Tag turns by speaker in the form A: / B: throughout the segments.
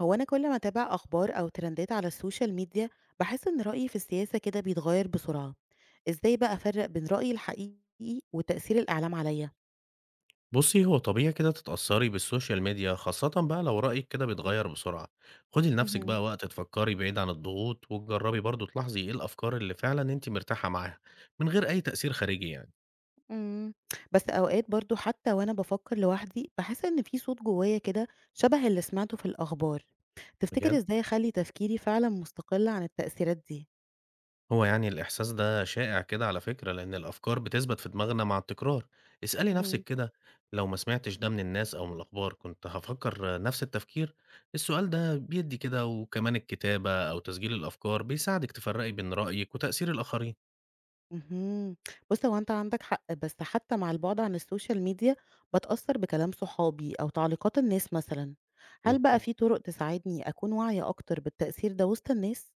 A: هو أنا كل ما أتابع أخبار أو ترندات على السوشيال ميديا بحس إن رأيي في السياسة كده بيتغير بسرعة. إزاي بقى أفرق بين رأيي الحقيقي وتأثير الإعلام عليا؟
B: بُصّي، هو طبيعي كده تتأثّري بالسوشيال ميديا، خاصةً بقى لو رأيِك كده بيتغيّر بسرعة. خُدي لنَفْسِك
A: مهم.
B: بقى وقت تفكّري بعيد عن الضغوط، وتجرّبي برضه تلاحظي إيه الأفكار اللي فعلًا أنتِ مرتاحة معاها، من غير أي تأثير خارجي يعني.
A: مم. بس أوقات برضو حتى وأنا بفكر لوحدي بحس إن في صوت جوايا كده شبه اللي سمعته في الأخبار. تفتكر
B: بجد،
A: إزاي أخلي تفكيري فعلا مستقل عن التأثيرات
B: هو يعني الإحساس ده شائع كده على فكرة، لإن الأفكار بتثبت في دماغنا مع التكرار. اسألي
A: دي؟
B: نَفْسِك كده، لو ما سمعتش ده من الناس أو من الأخبار، كنت هافكّر نَفْس التفكير؟ السؤال ده بيدّي كده وكمان الكتابة أو تسجيل الأفكار بيساعدِك تفرّقي بين رأيِك وتأثير الآخرين.
A: اهم. بُص، هو أنت عندك حق، بس حتى مع البعد عن السوشيال ميديا باتأثّر بكلام صحابي أو تعليقات الناس مثلًا، هل بقى
B: إمم.
A: في طرق تساعدني أكون واعية أكتر بالتأثير ده وسط الناس؟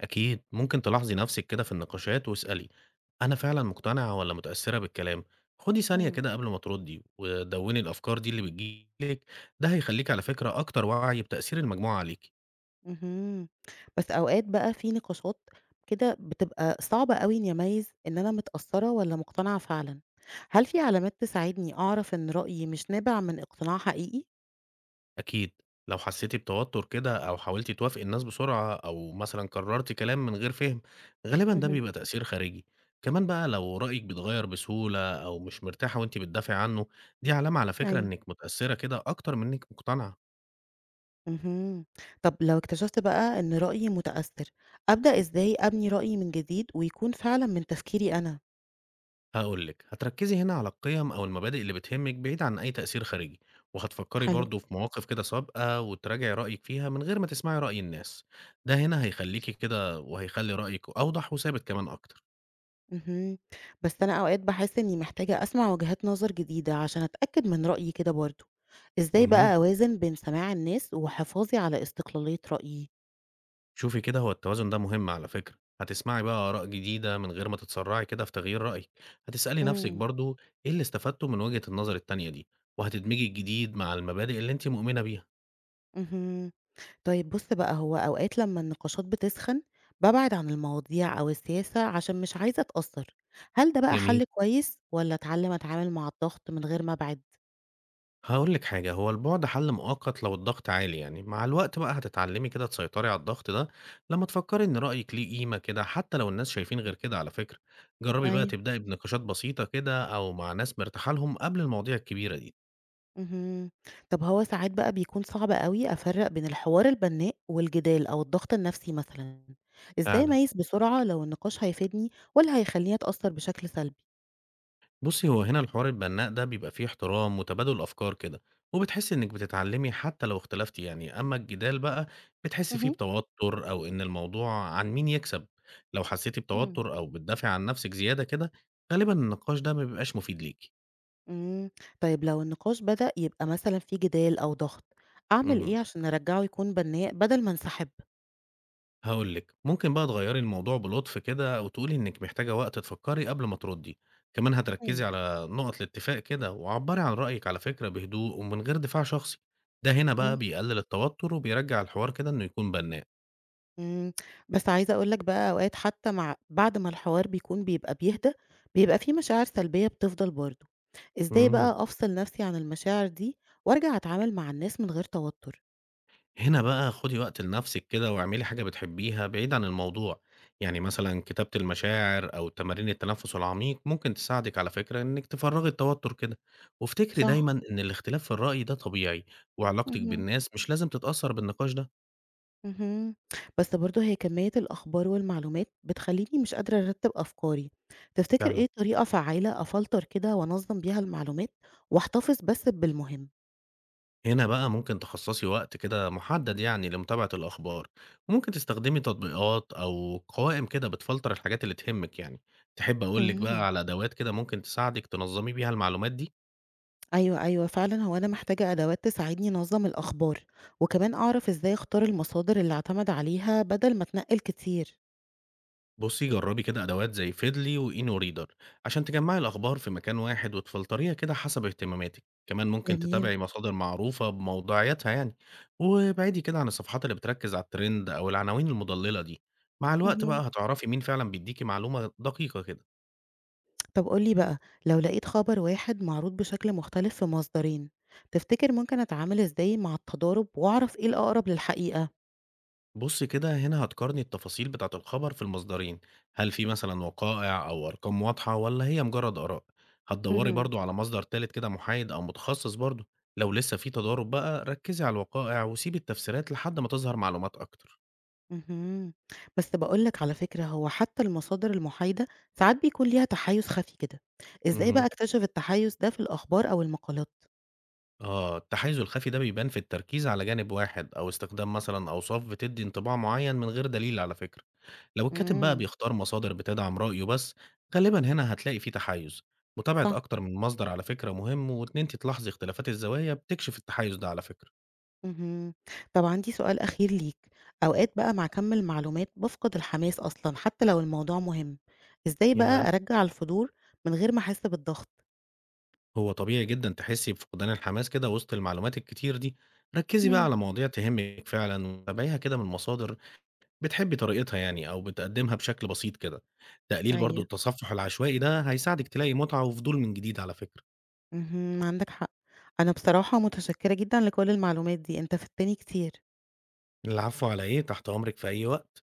B: أكيد ممكن تلاحظي نفسك كده في النقاشات واسألي، أنا فعلا مقتنعة ولا متأثرة بالكلام؟ خدي ثانية
A: إمم.
B: كده قبل ما تردي ودوني الأفكار دي اللي بتجيلك، ده هيخليك على فكرة أكتر وعي بتأثير المجموعة عليك.
A: اهم. بس أوقات بقى في نقاشات كده بتبقى صعبة أوي إني أميّز إن أنا متأثّرة والّا مقتنعة فعلًا، هل في علامات تساعدني أعرف إن رأيي مش نابع من اقتناع حقيقي؟
B: أكيد لو حسيتي بتوتر كده أو حاولتي توافقي الناس بسرعة أو مثلا كررتي كلام من غير فهم، غالبا ده
A: اهم.
B: بيبقى تأثير خارجي. كمان بقى لو رأيك بيتغير بسهولة أو مش مرتاحة وأنت بتدافعي عنه، دي علامة على فكرة
A: أيوه.
B: إنك متأثرة كده أكتر من إنك مقتنعة.
A: اهم. طب لو اكتشفت بقى إن رأيي متأثّر، أبدأ إزاي أبني رأيي من جديد ويكون فعلًا من تفكيري أنا؟
B: هاقول لِك، هتركّزي هنا على القيم أو المبادئ اللي بتهمِّك بعيد عن أي تأثير خارجي، وهتفكّري
A: حلو.
B: برضه في مواقف كده سابقة وتراجعي رأيِك فيها من غير ما تسمعي رأي الناس، ده هنا هيخلّيكِ كده وهيخلّي رأيِك أوضح وثابت كمان أكتر.
A: اهم. بس أنا أوقات باحس إني محتاجة أسمع وجهات نظر جديدة عشان أتأكد من رأيي كده برضه. إزاي
B: اهم.
A: بقى أوازن بين سماع الناس وحفاظي على استقلالية رأيي؟
B: شوفي كده هو التوازن ده مهم على فكرة، هتسمعي بقى آراء جديدة من غير ما تتسرّعي كده في تغيير رأيِك، هتسألي نَفْسِك
A: إمم.
B: برضه إيه اللي استفدته من وجهة النظر التانية دي، وهتدمجي الجديد مع المبادئ اللي أنتِ مؤمنة بيها.
A: اهم. طيب بُص بقى، هو أوقات لمّا النقاشات بتسخن، بابعد عن المواضيع أو السياسة عشان مش عايزة أتأثّر، هل ده بقى
B: جميل.
A: حل كويس والّا أتعلّم أتعامل مع الضغط من غير ما أبعد؟
B: هاقول لِك حاجة، هو البُعد حَل مؤقت لو الضغط عالي يعني، مع الوقت بقى هتتعلّمي كده تسيطري على الضغط ده لمّا تفكّري إن رأيِك ليه قيمة كده حتى لو الناس شايفين غير كده على فكرة، جرّبي بقى
A: أيوه.
B: تبدئي بنقاشات بسيطة كده أو مع ناس مرتاحة لهم قبل المواضيع الكبيرة دي.
A: اهم. طب هو ساعات بقى بيكون صعب أوي أفرّق بين الحوار البنّاء والجدال أو الضغط النفسي مثلًا، إزاي
B: فعلًا.
A: أميّز بسرعة لو النقاش هيفيدني والّا هيخلّيني أتأثّر بشكل سلبي؟
B: بُصّي، هو هنا الحوار البنّاء ده بيبقى فيه احترام وتبادل أفكار كده، وبتحسّي إنِّك بتتعلّمي حتى لو اختلفتِ يعني، أمّا الجدال بقى بتحسّي فيه
A: اهم.
B: بتوتُّر أو إن الموضوع عن مين يكسب، لو حسّيتِ
A: إمم.
B: بتوتُّر أو بتدافعي عن نَفْسِك زيادة كده، غالبًا النقاش ده ما بيبقاش مفيد ليكِ.
A: إمم. طيب لو النقاش بدأ يبقى مثلًا في جدال أو ضغط، أعمل إيه
B: اهم.
A: عشان أرجّعه يكون بنّاء بدل ما انسحب؟
B: هاقول لِك، ممكن بقى تغيّري الموضوع بلطف كده أو تقولي إنِّك محتاجة وقت تفكّري قبل ما تردّي، كمان
A: إمم.
B: هتركّزي على نُقط الاتفاق كده وعبّري عن رأيِك على فكرة بهدوء ومن غير دفاع شخصي، ده هنا بقى
A: اهم.
B: بيقلل التوتر وبيرجّع الحوار كده إنه يكون بنّاء.
A: إمم. بس عايزة أقول لك بقى أوقات حتّى مع بعد ما الحوار بيكون بيبقى بيهدى، بيبقى في مشاعر سلبية بتفضل برضه. إزاي
B: إمم.
A: بقى أفصل نَفْسي عن المشاعر دي وأرجع أتعامل مع الناس من غير توتُّر؟
B: هنا بقى خدي وقت لنفسِك كده واعملي حاجة بتحبيها بعيد عن الموضوع، يعني مثلًا كتابة المشاعر أو تمارين التنفس العميق ممكن تساعدك على فكرة إنِك تفرّغي التوتر كده، وافتكري
A: صح.
B: دايمًا إن الاختلاف في الرأي ده طبيعي، وعلاقتِك
A: اهم.
B: بالناس مش لازم تتأثّر بالنقاش ده.
A: اهم. بس برضه هي كمية الأخبار والمعلومات بتخلّيني مش قادرة أرتّب أفكاري، تفتكر إيه
B: فعلًا.
A: طريقة فعّالة أفلتر كده وأنظّم بيها المعلومات وأحتفظ بس بالمهم؟
B: هنا بقى ممكن تخصّصي وقت كده محدد يعني لمتابعة الأخبار، وممكن تستخدمي تطبيقات أو قوائم كده بتفلتر الحاجات اللي تهمِك يعني. تحبّي أقول لِك
A: إمم.
B: بقى على أدوات كده ممكن تساعدِك تنظّمي بيها المعلومات دي؟
A: أيوه، أيوه فعلًا هو أنا محتاجة أدوات تساعدني أنظّم الأخبار، وكمان أعرف إزاي أختار المصادر اللي أعتمد عليها بدل ما أتنقّل كتير.
B: بصي جربي كده أدوات زي فيدلي وإينو ريدر عشان تجمعي الأخبار في مكان واحد وتفلتريها كده حسب اهتماماتك. كمان ممكن
A: جميل.
B: تتابعي مصادر معروفة بموضوعيتها يعني، وابعدي كده عن الصفحات اللي بتركز على الترند أو العناوين المضللة دي. مع الوقت
A: اهم.
B: بقى هتعرفي مين فعلا بيديكي معلومة دقيقة كده.
A: طب قُل لي بقى، لو لقيت خبر واحد معروض بشكل مختلف في مصدرين، تفتكر ممكن أتعامل إزاي مع التضارب وأعرف إيه الأقرب للحقيقة؟
B: بُص كده هنا هتقارني التفاصيل بتاعة الخبر في المصدرين، هل في مثلًا وقائع أو أرقام واضحة والّا هي مجرد آراء؟ هتدوّري
A: اهم.
B: برضه على مصدر تالت كده محايد أو متخصص برضه، لو لسه في تضارب بقى ركّزي على الوقائع وسيبي التفسيرات لحد ما تظهر معلومات أكتر.
A: اهم. بس باقول لك على فكرة هو حتى المصادر المحايدة ساعات بيكون ليها تحيُّز خفي كده، إزاي بقى
B: اهم.
A: أكتشف التحيُّز ده في الأخبار أو المقالات؟
B: آه، التحيُّز الخفي ده بيبان في التركيز على جانب واحد أو استخدام مثلًا أوصاف بتدّي انطباع معيّن من غير دليل على فكرة. لو الكاتب بقى
A: إمم.
B: بيختار مصادر بتدعم رأيه بس، غالبا هنا هتلاقي فيه تحيز. متابعة
A: صح.
B: أكتر من مصدر على فكرة مهم، وإن أنت تلاحظي اختلافات الزوايا بتكشف التحيز ده على فكرة.
A: اهم. طب عندي سؤال أخير ليك، أوقات بقى مع كَم المعلومات بافقد الحماس أصلًا حتى لو الموضوع مهم، إزاي بقى
B: ياه،
A: أرجّع الفضول من غير ما أحس بالضغط؟
B: هو طبيعي جدا تحسي بفقدان الحماس كده وسط المعلومات الكتير دي. ركزي بقى
A: إمم.
B: على مواضيع تهمك فعلا وتابعيها كده من مصادر بتحبي طريقتها يعني أو بتقدمها بشكل بسيط كده. تقليل برضو
A: أيوه.
B: التصفح العشوائي ده هيساعدك تلاقي متعة وفضول من جديد على فكرة.
A: اهم، عندك حق. أنا بصراحة متشكرة جدًا لكل المعلومات دي، أنت فدتني كتير.
B: العفو، على إيه؟ تحت أمرك في أي وقت.